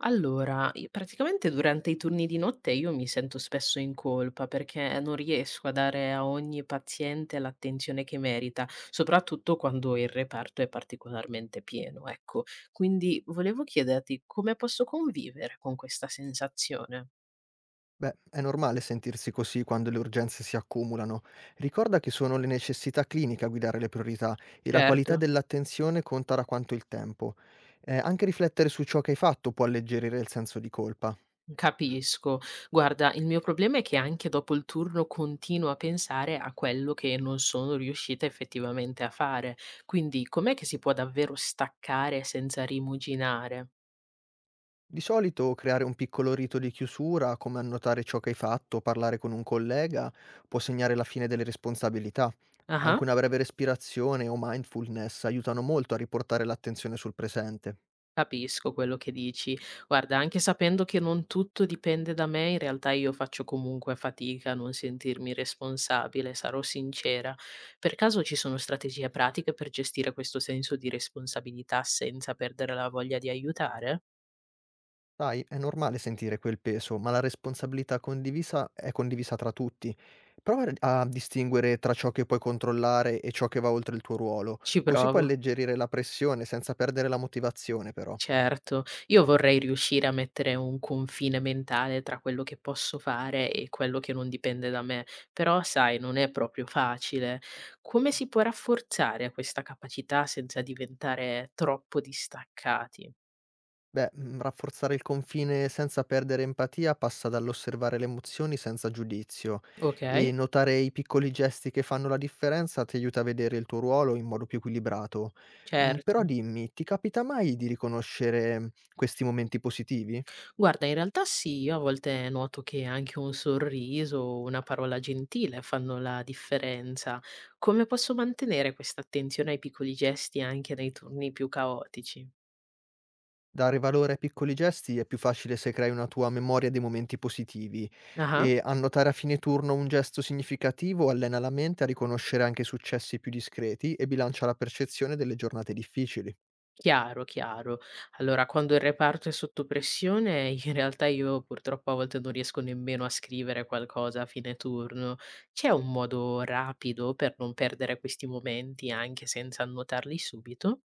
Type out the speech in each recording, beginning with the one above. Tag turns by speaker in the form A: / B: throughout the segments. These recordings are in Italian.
A: Allora, i praticamente durante i turni di notte io mi sento spesso in colpa perché non riesco a dare a ogni paziente l'attenzione che merita, soprattutto quando il reparto è particolarmente pieno, ecco. Quindi volevo chiederti come posso convivere con questa sensazione.
B: Beh, è normale sentirsi così quando le urgenze si accumulano. Ricorda che sono le necessità cliniche a guidare le priorità e la qualità
A: Certo.
B: dell'attenzione conta da quanto il tempo. Anche riflettere su ciò che hai fatto può alleggerire il senso di colpa.
A: Capisco. Guarda, il mio problema è che anche dopo il turno continuo a pensare a quello che non sono riuscita effettivamente a fare. Quindi com'è che si può davvero staccare senza rimuginare?
B: Di solito creare un piccolo rito di chiusura, come annotare ciò che hai fatto, parlare con un collega, può segnare la fine delle responsabilità. Anche
A: Ah,
B: una breve respirazione o mindfulness aiutano molto a riportare l'attenzione sul presente.
A: capisco quello che dici. Guarda, anche sapendo che non tutto dipende da me, in realtà io faccio comunque fatica a non sentirmi responsabile, sarò sincera. Per caso ci sono strategie pratiche per gestire questo senso di responsabilità senza perdere la voglia di aiutare?
B: Sai, è normale sentire quel peso, ma la responsabilità condivisa è condivisa tra tutti. Prova a distinguere tra ciò che puoi controllare e ciò che va oltre il tuo ruolo,
A: Ci
B: così puoi
A: provo.
B: alleggerire la pressione senza perdere la motivazione, però.
A: Certo, io vorrei riuscire a mettere un confine mentale tra quello che posso fare e quello che non dipende da me, però sai, non è proprio facile. Come si può rafforzare questa capacità senza diventare troppo distaccati?
B: Beh, rafforzare il confine senza perdere empatia passa dall'osservare le emozioni senza giudizio
A: Ok,
B: e notare i piccoli gesti che fanno la differenza ti aiuta a vedere il tuo ruolo in modo più equilibrato. Però
A: certo.
B: dimmi, ti capita mai di riconoscere questi momenti positivi?
A: Guarda, in realtà sì, io a volte noto che anche un sorriso o una parola gentile fanno la differenza. Come posso mantenere questa attenzione ai piccoli gesti anche nei turni più caotici?
B: Dare valore ai piccoli gesti è più facile se crei una tua memoria dei momenti positivi
A: Ah.
B: e annotare a fine turno un gesto significativo allena la mente a riconoscere anche i successi più discreti e bilancia la percezione delle giornate difficili.
A: Chiaro, chiaro. Allora, quando il reparto è sotto pressione, in realtà io purtroppo a volte non riesco nemmeno a scrivere qualcosa a fine turno. C'è un modo rapido per non perdere questi momenti anche senza annotarli subito?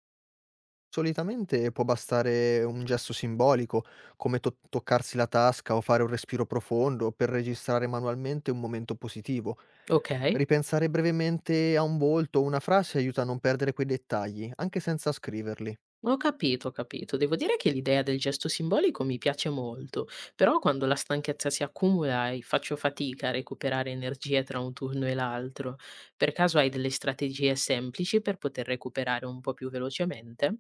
B: Solitamente può bastare un gesto simbolico, come toccarsi la tasca o fare un respiro profondo per registrare manualmente un momento positivo.
A: Ok,
B: Ripensare brevemente a un volto o una frase aiuta a non perdere quei dettagli, anche senza scriverli.
A: ho capito, ho capito. Devo dire che l'idea del gesto simbolico mi piace molto, però quando la stanchezza si accumula e faccio fatica a recuperare energie tra un turno e l'altro, per caso hai delle strategie semplici per poter recuperare un po' più velocemente?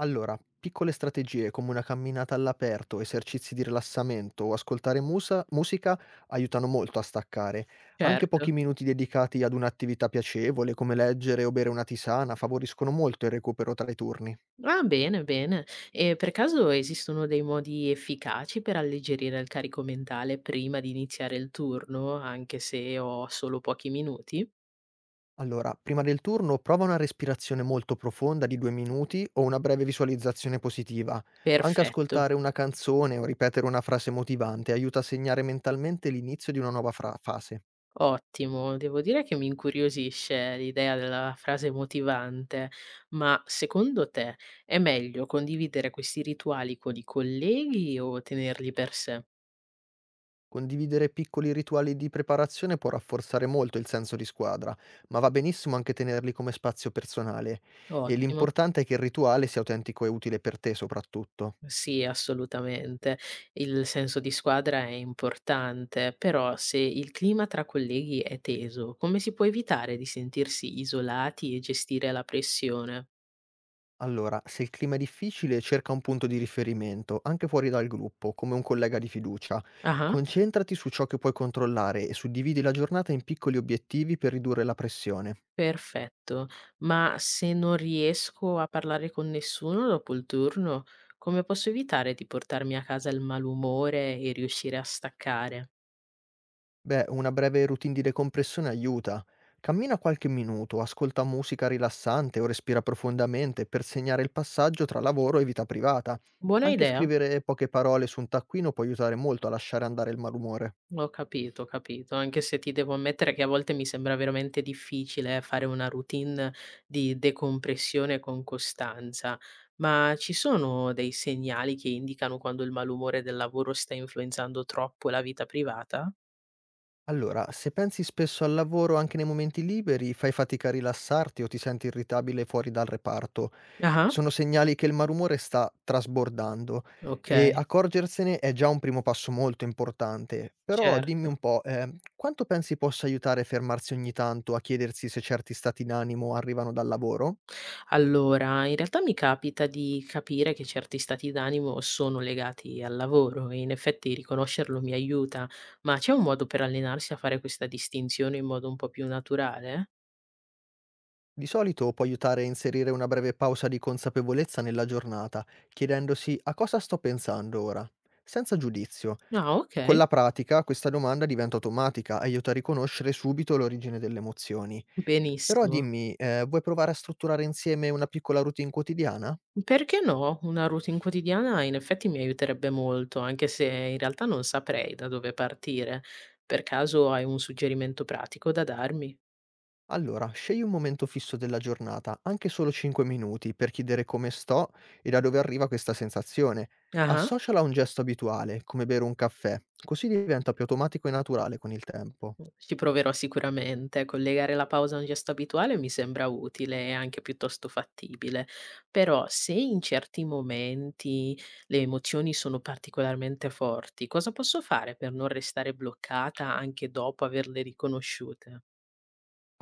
B: Allora, piccole strategie come una camminata all'aperto, esercizi di rilassamento o ascoltare musica aiutano molto a staccare. Anche
A: Certo.
B: pochi minuti dedicati ad un'attività piacevole come leggere o bere una tisana favoriscono molto il recupero tra i turni.
A: Ah, bene, bene. E per caso esistono dei modi efficaci per alleggerire il carico mentale prima di iniziare il turno, anche se ho solo pochi minuti?
B: Allora, prima del turno prova una respirazione molto profonda di 2 minuti o una breve visualizzazione positiva. Anche
A: Perfetto,
B: ascoltare una canzone o ripetere una frase motivante aiuta a segnare mentalmente l'inizio di una nuova fase.
A: ottimo. Devo dire che mi incuriosisce l'idea della frase motivante, ma secondo te è meglio condividere questi rituali con i colleghi o tenerli per sé?
B: Condividere piccoli rituali di preparazione può rafforzare molto il senso di squadra, ma va benissimo anche tenerli come spazio personale e
A: Ottimo.
B: l'importante è che il rituale sia autentico e utile per te soprattutto.
A: Sì, assolutamente. Il senso di squadra è importante, però se il clima tra colleghi è teso, come si può evitare di sentirsi isolati e gestire la pressione?
B: Allora, se il clima è difficile, cerca un punto di riferimento, anche fuori dal gruppo, come un collega di fiducia.
A: Ah,
B: Concentrati su ciò che puoi controllare e suddividi la giornata in piccoli obiettivi per ridurre la pressione.
A: perfetto. Ma se non riesco a parlare con nessuno dopo il turno, come posso evitare di portarmi a casa il malumore e riuscire a staccare?
B: Beh, una breve routine di decompressione aiuta. Cammina qualche minuto, ascolta musica rilassante o respira profondamente per segnare il passaggio tra lavoro e vita privata.
A: Buona
B: Anche
A: idea.
B: scrivere poche parole su un taccuino può aiutare molto a lasciare andare il malumore.
A: Ho capito, anche se ti devo ammettere che a volte mi sembra veramente difficile fare una routine di decompressione con costanza. Ma ci sono dei segnali che indicano quando il malumore del lavoro sta influenzando troppo la vita privata?
B: Allora, se pensi spesso al lavoro anche nei momenti liberi, fai fatica a rilassarti o ti senti irritabile fuori dal reparto.
A: Ah-ah,
B: Sono segnali che il malumore sta trasbordando
A: ok,
B: e accorgersene è già un primo passo molto importante. Però dimmi
A: certo.
B: un po', quanto pensi possa aiutare fermarsi ogni tanto a chiedersi se certi stati d'animo arrivano dal lavoro?
A: Allora, in realtà mi capita di capire che certi stati d'animo sono legati al lavoro e in effetti riconoscerlo mi aiuta, ma c'è un modo per allenarsi a fare questa distinzione in modo un po' più naturale?
B: Di solito può aiutare a inserire una breve pausa di consapevolezza nella giornata, chiedendosi a cosa sto pensando ora, senza giudizio.
A: Ah,
B: Con
A: okay,
B: la pratica questa domanda diventa automatica e aiuta a riconoscere subito l'origine delle emozioni. Però
A: benissimo.
B: dimmi, vuoi provare a strutturare insieme una piccola routine quotidiana?
A: Perché no? Una routine quotidiana in effetti mi aiuterebbe molto, anche se in realtà non saprei da dove partire. Per caso hai un suggerimento pratico da darmi?
B: Allora, scegli un momento fisso della giornata, anche solo 5 minuti, per chiedere come sto e da dove arriva questa sensazione.
A: Ah-ah,
B: Associala a un gesto abituale, come bere un caffè, così diventa più automatico e naturale con il tempo.
A: ci proverò sicuramente. Collegare la pausa a un gesto abituale mi sembra utile e anche piuttosto fattibile, però se in certi momenti le emozioni sono particolarmente forti, cosa posso fare per non restare bloccata anche dopo averle riconosciute?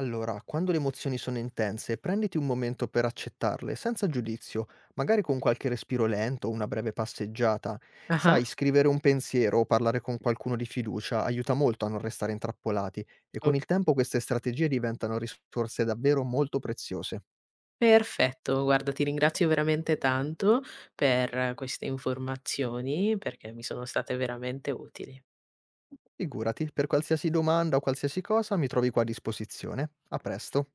B: Allora, quando le emozioni sono intense, prenditi un momento per accettarle, senza giudizio, magari con qualche respiro lento o una breve passeggiata.
A: Ah-ah.
B: Sai, scrivere un pensiero o parlare con qualcuno di fiducia aiuta molto a non restare intrappolati e
A: O
B: con il tempo queste strategie diventano risorse davvero molto preziose.
A: perfetto, guarda ti ringrazio veramente tanto per queste informazioni, perché mi sono state veramente utili.
B: Figurati, per qualsiasi domanda o qualsiasi cosa mi trovi qua a disposizione. A presto.